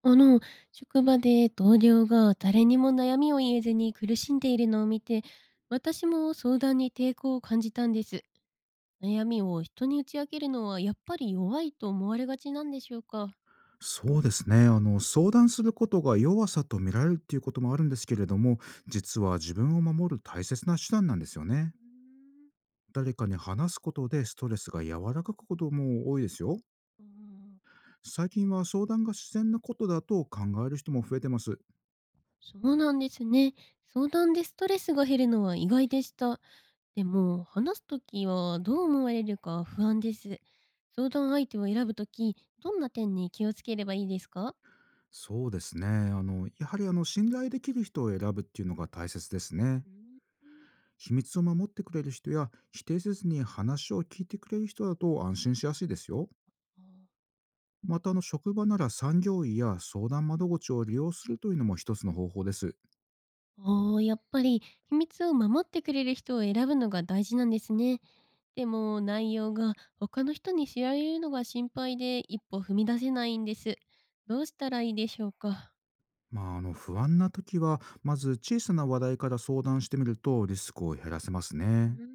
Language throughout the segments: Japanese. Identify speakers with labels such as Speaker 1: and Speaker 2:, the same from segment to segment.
Speaker 1: あの、職場で同僚が誰にも悩みを言えずに苦しんでいるのを見て、私も相談に抵抗を感じたんです。悩みを人に打ち明けるのはやっぱり弱いと思われがちなんでしょうか。
Speaker 2: そうですね。相談することが弱さと見られるっていうこともあるんですけれども、実は自分を守る大切な手段なんですよね。
Speaker 1: うーん。
Speaker 2: 誰かに話すことでストレスが和らぐことも多いですよ。
Speaker 1: あー。
Speaker 2: 最近は相談が自然なことだと考える人も増えてます。
Speaker 1: そうなんですね。相談でストレスが減るのは意外でした。でも、話すときはどう思われるか不安です。相談相手を選ぶとき、どんな点に気をつければいいですか？
Speaker 2: そうですね。やはり、信頼できる人を選ぶっていうのが大切ですね。
Speaker 1: うーん。
Speaker 2: 秘密を守ってくれる人や、否定せずに話を聞いてくれる人だと安心しやすいですよ。
Speaker 1: あー。
Speaker 2: また職場なら産業医や相談窓口を利用するというのも一つの方法です。
Speaker 1: おあ、やっぱり秘密を守ってくれる人を選ぶのが大事なんですね。でも内容が他の人に知られるのが心配で一歩踏み出せないんです。どうしたらいいでしょうか。
Speaker 2: まあ、不安な時はまず小さな話題から相談してみると、リスクを減らせます
Speaker 1: う
Speaker 2: ね。
Speaker 1: ーん。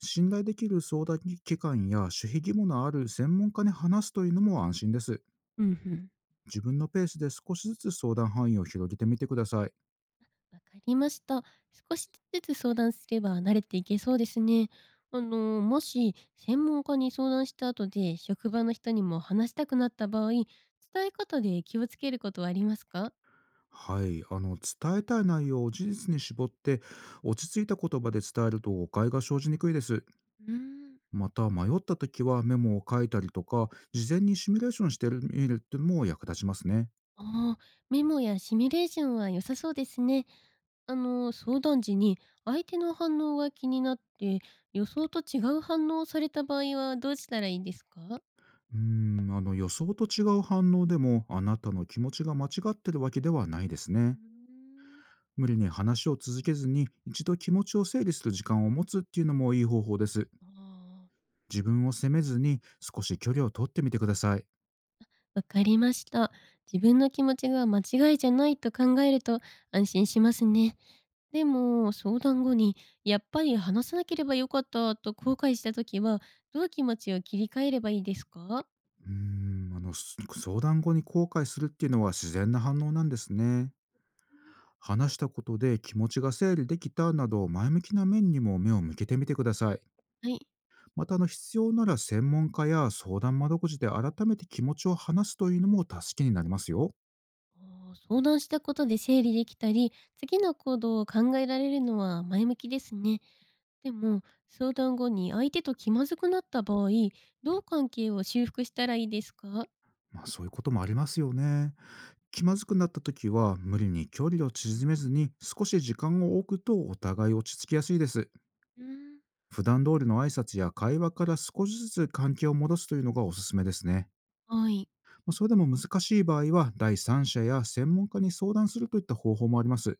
Speaker 2: 信頼できる相談機関や守秘義務のある専門家に話すというのも安心です。
Speaker 1: うんうん。
Speaker 2: 自分のペースで少しずつ相談範囲を広げてみてください。
Speaker 1: わかりました。少しずつ相談すれば慣れていけそうですね。あの、もし専門家に相談した後で職場の人にも話したくなった場合、伝え方で気をつけることはありますか？
Speaker 2: はい、伝えたい内容を事実に絞って、落ち着いた言葉で伝えると誤解が生じにくいです。
Speaker 1: うーん。
Speaker 2: また迷った時は、メモを書いたりとか事前にシミュレーションしてみるってのも役立ちますね。
Speaker 1: ああ、メモやシミュレーションは良さそうですね。あの、相談時に相手の反応が気になって予想と違う反応をされた場合はどうしたらいいんですか？
Speaker 2: 予想と違う反応でも、あなたの気持ちが間違ってるわけではないです
Speaker 1: うー
Speaker 2: ね。
Speaker 1: ん。
Speaker 2: 無理に話を続けずに、一度気持ちを整理する時間を持つっていうのもいい方法です。
Speaker 1: ああ。
Speaker 2: 自分を責めずに少し距離を取ってみてください。
Speaker 1: わかりました。自分の気持ちが間違いじゃないと考えると安心しますね。でも、相談後にやっぱり話さなければよかったと後悔した時はどう気持ちを切り替えればいいですか？
Speaker 2: うーんあのす相談後に後悔するっていうのは自然な反応なんですね。話したことで気持ちが整理できたなど、前向きな面にも目を向けてみてください。
Speaker 1: はい。
Speaker 2: また必要なら、専門家や相談窓口で改めて気持ちを話すというのも助けになりますよ。
Speaker 1: あー、相談したことで整理できたり、次の行動を考えられるのは前向きですね。でも、相談後に相手と気まずくなった場合、どう関係を修復したらいいですか？
Speaker 2: まあ、そういうこともありますよね。気まずくなった時は、無理に距離を縮めずに少し時間を置くと、お互い落ち着きやすいです。
Speaker 1: うーん。
Speaker 2: 普段通りの挨拶や会話から少しずつ関係を戻すというのがおすすめですね。
Speaker 1: はい。
Speaker 2: まあ、それでも難しい場合は、第三者や専門家に相談するといった方法もあります。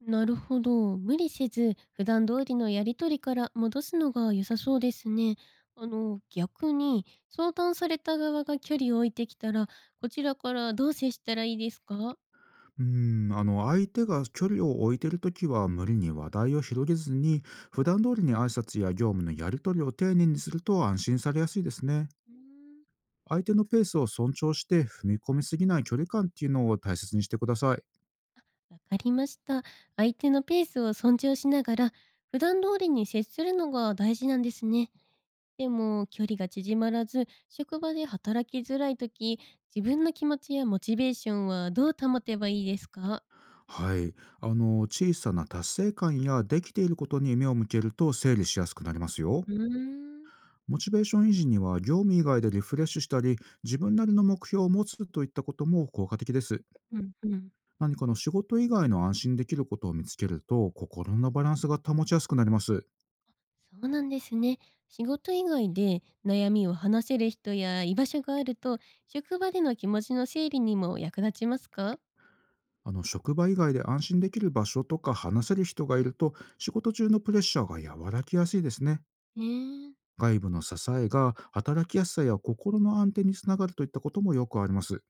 Speaker 1: なるほど。無理せず、普段通りのやりとりから戻すのが良さそうですね。あの、逆に、相談された側が距離を置いてきたら、こちらからどう接したらいいですか？
Speaker 2: うー相手が距離を置いてるときは、無理に話題を広げずに、普段通りに挨拶や業務のやり取りを丁寧にすると安心されやすいですね。
Speaker 1: うーん。
Speaker 2: 相手のペースを尊重して、踏み込みすぎない距離感っていうのを大切にしてください。
Speaker 1: わかりました。相手のペースを尊重しながら、普段通りに接するのが大事なんですね。でも、距離が縮まらず、職場で働きづらい時、自分の気持ちやモチベーションはどう保てばいいですか？
Speaker 2: はい。小さな達成感やできていることに目を向けると、整理しやすくなりますよ。
Speaker 1: うーん、
Speaker 2: モチベーション維持には、業務以外でリフレッシュしたり、自分なりの目標を持つといったことも効果的です。
Speaker 1: うんうん。
Speaker 2: 何かの仕事以外の安心できることを見つけると、心のバランスが保ちやすくなります。
Speaker 1: そうなんですね。仕事以外で悩みを話せる人や居場所があると、職場での気持ちの整理にも役立ちますか？
Speaker 2: 職場以外で安心できる場所とか話せる人がいると、仕事中のプレッシャーが和らぎやすいですね。
Speaker 1: ねえ。
Speaker 2: 外部の支えが働きやすさや心の安定につながるといったこともよくあります。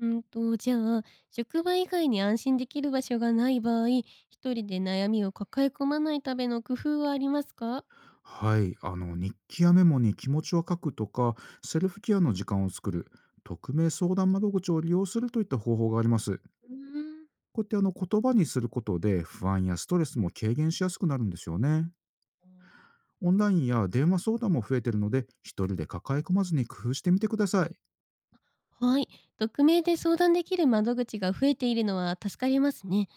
Speaker 1: じゃあ、職場以外に安心できる場所がない場合、一人で悩みを抱え込まないための工夫はありますか？
Speaker 2: はい、日記やメモに気持ちを書くとか、セルフケアの時間を作る、匿名相談窓口を利用するといった方法があります。
Speaker 1: うーん。
Speaker 2: こうやって言葉にすることで、不安やストレスも軽減しやすくなるんですよね。オンラインや電話相談も増えてるので、一人で抱え込まずに工夫してみてください。
Speaker 1: はい。匿名で相談できる窓口が増えているのは助かりますね。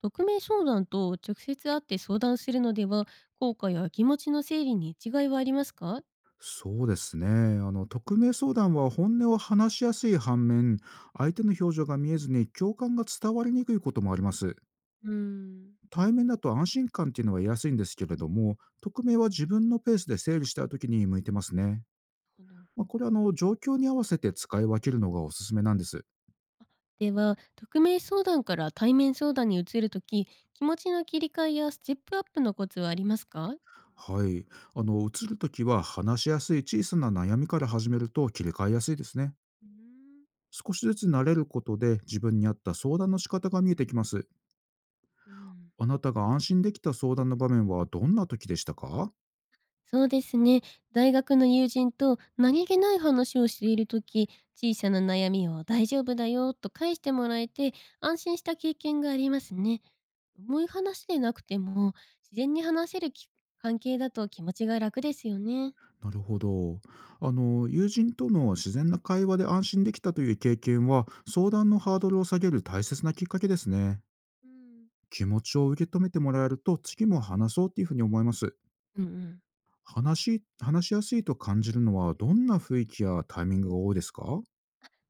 Speaker 1: 匿名相談と直接会って相談するのでは、効果や気持ちの整理に違いはありますか？
Speaker 2: そうですね。匿名相談は本音を話しやすい反面、相手の表情が見えずに共感が伝わりにくいこともあります。
Speaker 1: うーん。
Speaker 2: 対面だと安心感っていうのは得やすいんですけれども、匿名は自分のペースで整理したい時に向いてますね。
Speaker 1: なるほど。
Speaker 2: まあ、これは状況に合わせて使い分けるのがおすすめなんです。
Speaker 1: では、匿名相談から対面相談に移るとき、気持ちの切り替えやステップアップのコツはありますか？
Speaker 2: はい。移るときは話しやすい小さな悩みから始めると、切り替えやすいですね。
Speaker 1: うーん。
Speaker 2: 少しずつ慣れることで、自分に合った相談の仕方が見えてきます。
Speaker 1: うん。
Speaker 2: あなたが安心できた相談の場面はどんな時でしたか？
Speaker 1: そうですね。大学の友人と何気ない話をしているとき、小さな悩みを大丈夫だよと返してもらえて安心した経験がありますね。重い話でなくても自然に話せる関係だと気持ちが楽ですよね。
Speaker 2: なるほど。友人との自然な会話で安心できたという経験は、相談のハードルを下げる大切なきっかけですね。
Speaker 1: うん。
Speaker 2: 気持ちを受け止めてもらえると、次も話そうっていうふうに思います。
Speaker 1: うんうん。
Speaker 2: 話しやすいと感じるのは、どんな雰囲気やタイミングが多いですか？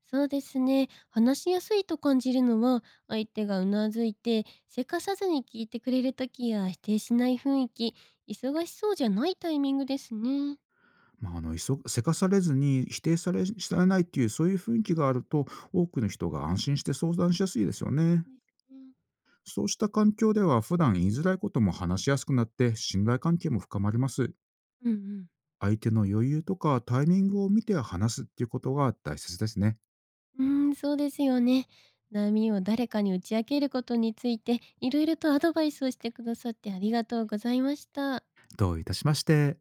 Speaker 1: そうですね。話しやすいと感じるのは、相手がうなずいてせかさずに聞いてくれるときや否定しない雰囲気、忙しそうじゃないタイミングですね。
Speaker 2: まあ、せかされずに、否定され、されないっていう、そういう雰囲気があると、多くの人が安心して相談しやすいですよね。
Speaker 1: ですね。
Speaker 2: そうした環境では、普段言いづらいことも話しやすくなって、信頼関係も深まります。
Speaker 1: うんうん。
Speaker 2: 相手の余裕とかタイミングを見て話すっていうことが大切ですね。
Speaker 1: うーん、そうですよね。悩みを誰かに打ち明けることについて、いろいろとアドバイスをしてくださってありがとうございました。
Speaker 2: どういたしまして。